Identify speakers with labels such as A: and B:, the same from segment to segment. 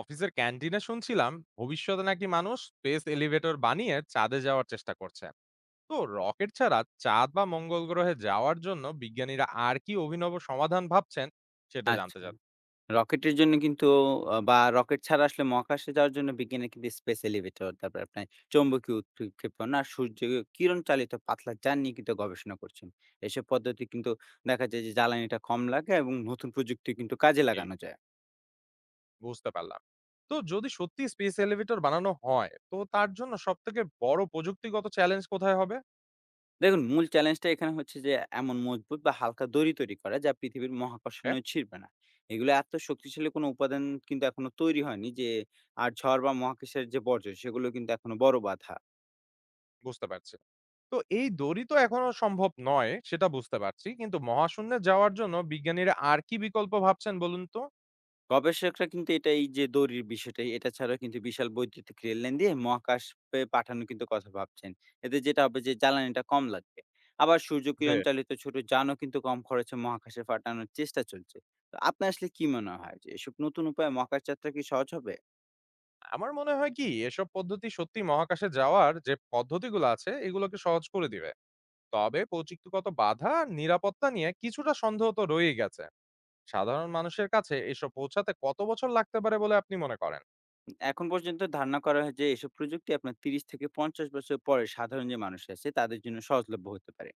A: অফিসের ক্যান্টিনে শুনছিলাম, ভবিষ্যতে নাকি মানুষ স্পেস এলিভেটর বানিয়ে চাঁদে যাওয়ার চেষ্টা করছে। তো রকেট ছাড়া চাঁদ বা মঙ্গল গ্রহে যাওয়ার জন্য বিজ্ঞানীরা আর কি অভিনব সমাধান ভাবছেন সেটা
B: আচ্ছা।
A: জানতে চাচ্ছি।
B: রকেটের জন্য কিন্তু বা রকেট ছাড়া আসলে মহাকাশে যাওয়ার জন্য বিজ্ঞানীরা কিন্তু স্পেস এলিভেটর, তারপরে আপনার চৌম্বকীয় উৎক্ষেপণ আর সূর্য কিরণ চালিত পাতলা যান নিয়ে কিন্তু গবেষণা করছেন। এসব পদ্ধতি কিন্তু দেখা যায় যে জ্বালানিটা কম লাগে এবং নতুন প্রযুক্তি কিন্তু কাজে লাগানো যায়।
A: বুঝতে পারলাম। তো যদি সত্যি স্পেস এলিভেটর বানানো হয় তো তার জন্য সব থেকে বড় প্রযুক্তিগত চ্যালেঞ্জ কোথায় হবে?
B: দেখুন, মূল চ্যালেঞ্জটা এখানে হচ্ছে যে এমন মজবুত বা হালকা দড়ি তৈরি করা, যা পৃথিবীর
A: হ্যাঁ,
B: মহাকর্ষণীয় ছিঁড়বে না। এগুলো এত শক্তিশালী কোনো উপাদান কিন্তু এখনো তৈরি হয়নি যে, আর ঝড় বা মহাকাশের যে বর্জ্য সেগুলো কিন্তু এখনো বড় বাধা।
A: বুঝতে পারছি। তো এই দড়ি তো এখনো সম্ভব নয় সেটা বুঝতে পারছি, কিন্তু মহাশূন্যে যাওয়ার জন্য বিজ্ঞানীরা আর কি বিকল্প ভাবছেন বলুন তো।
B: গবেষকরা কিন্তু এটা, এই যে দড়ির বিষয়টা, এটা ছাড়াও কিন্তু বিশাল বৈদ্যুতিক রেললাইন দিয়ে মহাকাশে পাঠানো কিন্তু কথা ভাবছেন। এতে যেটা হবে, যে জ্বালানিটা কম লাগবে। আবার সূর্যকিরণ চালিত ছোট যানও কিন্তু কম খরচে মহাকাশে পাঠানোর চেষ্টা চলছে। তো আপনার আসলে কি মনে হয়, যে এসব নতুন উপায়ে মহাকাশ যাত্রা কি সহজ হবে?
A: আমার মনে হয় কি এসব পদ্ধতি সত্যি মহাকাশে যাওয়ার যে পদ্ধতিগুলো আছে এগুলোকে সহজ করে দিবে। তবে প্রযুক্তিগত বাধা আর নিরাপত্তা নিয়ে কিছুটা সন্দেহ তো রয়েই গেছে। সাধারণ মানুষের কাছে এসব পৌঁছাতে কত বছর লাগতে পারে বলে আপনি মনে করেন?
B: এখন পর্যন্ত ধারণা করা হয় যে, এসব প্রযুক্তি আপনার ৩০ থেকে ৫০ বছর পরে সাধারণ যে মানুষ আছে, তাদের জন্য সহজলভ্য হতে পারে।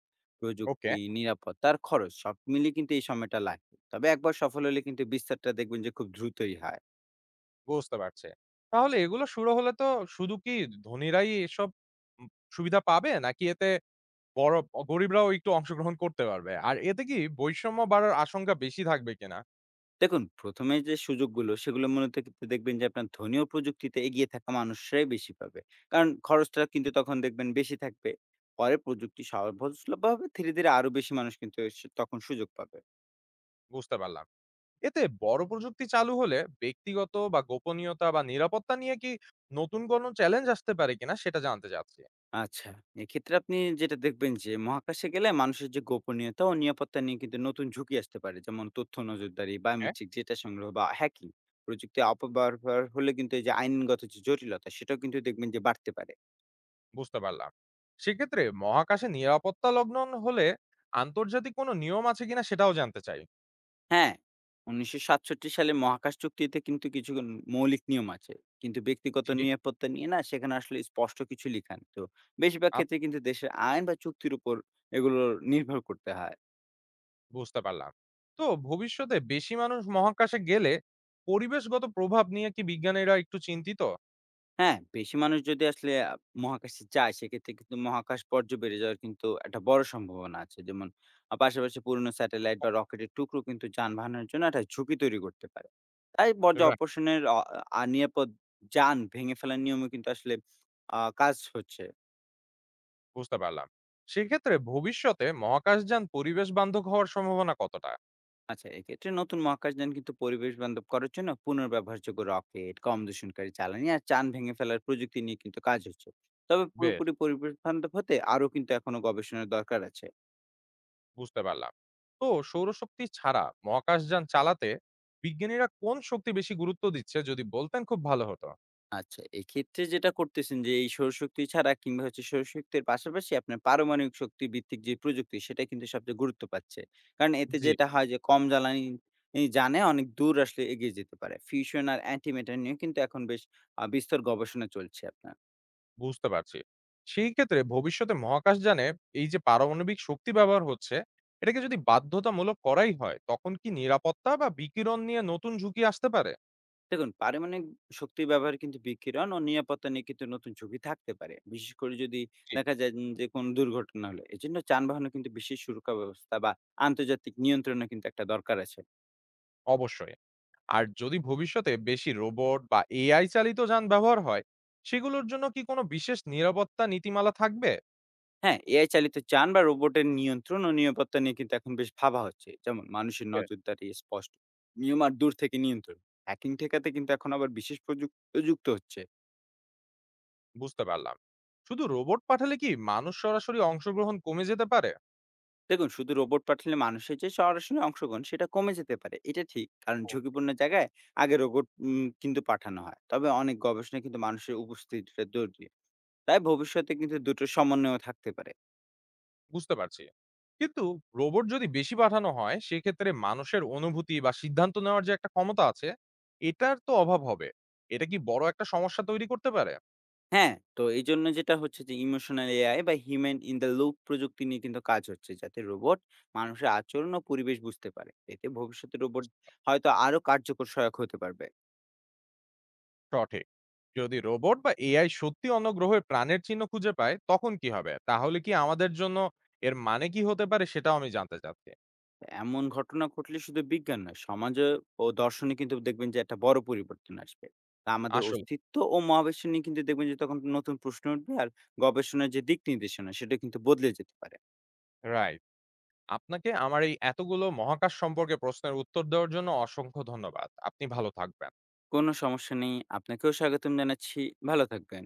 A: ওকে,
B: প্রযুক্তি, নিরাপত্তা আর খরচ সব মিলিয়ে কিন্তু এই সময়টা লাগবে। তবে একবার সফল হলে কিন্তু বিস্তারটা দেখবেন যে খুব দ্রুতই হয়।
A: বুঝতে পারছে। তাহলে এগুলো শুরু হলে তো শুধু কি ধনীরাই এসব উম সুবিধা পাবে নাকি এতে বড় গরিবরাও একটু অংশগ্রহণ করতে পারবে আর এতে কি বৈষম্য বাড়ার আশঙ্কা বেশি থাকবে কিনা?
B: দেখুন, ১ম এ যে সুযোগগুলো, সেগুলো মূলত কিন্তু দেখবেন যে আপনার ধনী ও প্রযুক্তিতে এগিয়ে থাকা মানুষরাই বেশি পাবে। কারণ খরচটা কিন্তু তখন দেখবেন বেশি থাকবে। পরে প্রযুক্তি সহজলভ্য হবে, ধীরে, ধীরে আরো বেশি মানুষ কিন্তু তখন সুযোগ পাবে।
A: বুঝতে পারলাম। এতে বড় প্রযুক্তি চালু হলে ব্যক্তিগত বা গোপনীয়তা বা নিরাপত্তা নিয়ে কি নতুন কোনো চ্যালেঞ্জ আসতে পারে কিনা সেটা জানতে চাচ্ছি।
B: আচ্ছা। এক্ষেত্রে আপনি যেটা দেখবেন, যে মহাকাশে গেলে মানুষের যে গোপনীয়তা ও নিরাপত্তা নিয়ে কিন্তু নতুন ঝুঁকি আসতে পারে। যেমন তথ্য নজরদারি,
A: হ্যাঁ,
B: বায়োমেট্রিক ডেটা সংগ্রহ বা হ্যাকিং। প্রযুক্তি অপব্যবহার হলে কিন্তু এই যে আইনগত যে জটিলতা, সেটাও কিন্তু দেখবেন যে বাড়তে পারে।
A: বুঝতে পারলাম। সেক্ষেত্রে মহাকাশে নিরাপত্তা লগ্ন হলে আন্তর্জাতিক কোনো নিয়ম আছে কিনা সেটাও জানতে চাই।
B: হ্যাঁ, ১৯৬৭ সালে মহাকাশ চুক্তিতে কিন্তু কিছু মৌলিক নিয়ম আছে। কিন্তু ব্যক্তিগত
A: জি।
B: নিরাপত্তা নিয়ে না, সেখানে আসলে স্পষ্ট কিছু লিখা নেই। তো বেশিরভাগ
A: আত-
B: ক্ষেত্রে কিন্তু দেশের আইন বা চুক্তির উপর এগুলো নির্ভর করতে হয়।
A: বুঝতে পারলাম। তো ভবিষ্যতে বেশি মানুষ মহাকাশে গেলে পরিবেশগত প্রভাব নিয়ে কি বিজ্ঞানীরা একটু চিন্তিত?
B: হ্যাঁ, বেশি মানুষ যদি আসলে মহাকাশে যায়, সেক্ষেত্রে কিন্তু মহাকাশ পর্যায় বেড়ে যাওয়ার কিন্তু একটা বড় সম্ভাবনা আছে। যেমন, পাশাপাশি পুরনো স্যাটেলাইট বা রকেটের টুকরো কিন্তু যানবাহনের জন্য একটা ঝুঁকি তৈরি করতে পারে। তাই বর্জ্য
A: Right.
B: অপসারণের নিরাপদ যান ভেঙে ফেলার নিয়মে কিন্তু আসলে কাজ হচ্ছে।
A: বুঝতে পারলাম। সেক্ষেত্রে ভবিষ্যতে মহাকাশযান পরিবেশ বান্ধব হওয়ার সম্ভাবনা কতটা?
B: আচ্ছা, এক্ষেত্রে নতুন মহাকাশযান কিন্তু পরিবেশ বান্ধব করার জন্য পুনর্ব্যবহারযোগ্য রকেট, কম দূষণকারী জ্বালানি আর যান ভেঙে ফেলার প্রযুক্তি নিয়ে কিন্তু কাজ হচ্ছে। তবে
A: বেশ,
B: পুরোপুরি পরিবেশ বান্ধব হতে আরো কিন্তু এখনো গবেষণার দরকার আছে।
A: বুঝতে পারলাম। তো সৌরশক্তি ছাড়া মহাকাশযান চালাতে বিজ্ঞানীরা কোন শক্তি বেশি গুরুত্ব দিচ্ছে যদি বলতেন খুব ভালো হতো।
B: আচ্ছা, এক্ষেত্রে যেটা করতেছেন, যে এই সৌরশক্তি ছাড়া কিংবা হচ্ছে সৌরশক্তির পাশাপাশি আপনার পারমাণবিক শক্তি ভিত্তিক যে প্রযুক্তি, সেটা কিন্তু সবচেয়ে গুরুত্ব পাচ্ছে। কারণ এতে
A: জি,
B: যেটা হয়, যে কম জ্বালানি ই জানে অনেক দূর আসলে এগিয়ে যেতে পারে। ফিউশন আর অ্যান্টিম্যাটার নিয়ে কিন্তু এখন বেশ বিস্তর গবেষণা চলছে আপনার।
A: বুঝতে পারছি। সেই ক্ষেত্রে ভবিষ্যতে মহাকাশযানে এই যে পারমাণবিক শক্তি ব্যবহার হচ্ছে, এটাকে যদি বাধ্যতামূলক করাই হয়, তখন কি নিরাপত্তা বা বিকিরণ নিয়ে নতুন ঝুঁকি আসতে পারে?
B: দেখুন, পারমাণবিক শক্তির ব্যবহার কিন্তু বিকিরণ ও নিরাপত্তা নিয়ে কিন্তু নতুন ঝুঁকি থাকতে পারে। বিশেষ করে যদি
A: জি,
B: দেখা যায় যে কোনো দুর্ঘটনা হলে। এজন্য যানবাহনে কিন্তু বিশেষ সুরক্ষা ব্যবস্থা বা আন্তর্জাতিক নিয়ন্ত্রণও কিন্তু একটা দরকার আছে।
A: অবশ্যই। আর যদি ভবিষ্যতে বেশি রোবট বা এআই চালিত যান ব্যবহার হয়, সেগুলোর জন্য কি কোনো বিশেষ নিরাপত্তা নীতিমালা থাকবে?
B: হ্যাঁ, এআই চালিত যান বা রোবটের নিয়ন্ত্রণ ও নিরাপত্তা নিয়ে কিন্তু এখন বেশ ভাবা হচ্ছে। যেমন মানুষের নজরদারি, স্পষ্ট নিয়ম আর দূর থেকে নিয়ন্ত্রণ। হ্যাকিং ঠেকাতে কিন্তু এখন আবার বিশেষ প্রযুক্ত যুক্ত হচ্ছে।
A: বুঝতে পারলাম। শুধু রোবট পাঠালে কি মানুষ সরাসরি অংশগ্রহণ কমে যেতে পারে?
B: দেখুন, শুধু রোবট পাঠালে মানুষের যে সরাসরি অংশগ্রহণ সেটা কমে যেতে পারে। এটা ঠিক। কারণ ঝুঁকিপূর্ণ জায়গায় আগে রোবট কিন্তু পাঠানো হয়। তবে অনেক গবেষণায় কিন্তু মানুষের উপস্থিতিটা জরুরি। তাই ভবিষ্যতে কিন্তু দুটোর সমন্বয়ও থাকতে পারে।
A: বুঝতে পারছি। কিন্তু রোবট যদি বেশি পাঠানো হয় সেক্ষেত্রে মানুষের অনুভূতি বা সিদ্ধান্ত নেওয়ার যে একটা ক্ষমতা আছে এটার তো অভাব হবে। এটা কি বড় একটা সমস্যা তৈরি করতে পারে?
B: হ্যাঁ, তো এইজন্য যেটা হচ্ছে, যে ইমোশনাল এআই বা হিউম্যান ইন দ্য লুপ প্রযুক্তি নিয়ে কিন্তু কাজ হচ্ছে। যাতে রোবট মানুষের আচরণ ও পরিবেশ বুঝতে পারে। এতে ভবিষ্যতে রোবট হয়তো আরো কার্যকর সহায়ক হতে পারবে।
A: সঠিক। যদি রোবট বা এআই সত্যি অন্য গ্রহে প্রাণের চিহ্ন খুঁজে পায় তখন কি হবে? তাহলে কি আমাদের জন্য এর মানে কি হতে পারে সেটাও আমি জানতে চাচ্ছি।
B: এমন ঘটনা ঘটলে শুধু বিজ্ঞান নয়, সমাজে ও দর্শনে কিন্তু দেখবেন যে একটা বড় পরিবর্তন আসবে। তা আমাদের
A: আসল
B: অস্তিত্ব ও মহাবিশ্ব নিয়ে কিন্তু দেখবেন যে তখন নতুন প্রশ্ন উঠবে, আর গবেষণার যে দিক নির্দেশনা, সেটা কিন্তু বদলে যেতে পারে।
A: রাইট। আপনাকে আমার এই এতগুলো মহাকাশ সম্পর্কে প্রশ্নের উত্তর দেওয়ার জন্য অসংখ্য ধন্যবাদ। আপনি ভালো থাকবেন।
B: কোনো সমস্যা নেই। আপনাকেও স্বাগতম জানাচ্ছি। ভালো থাকবেন।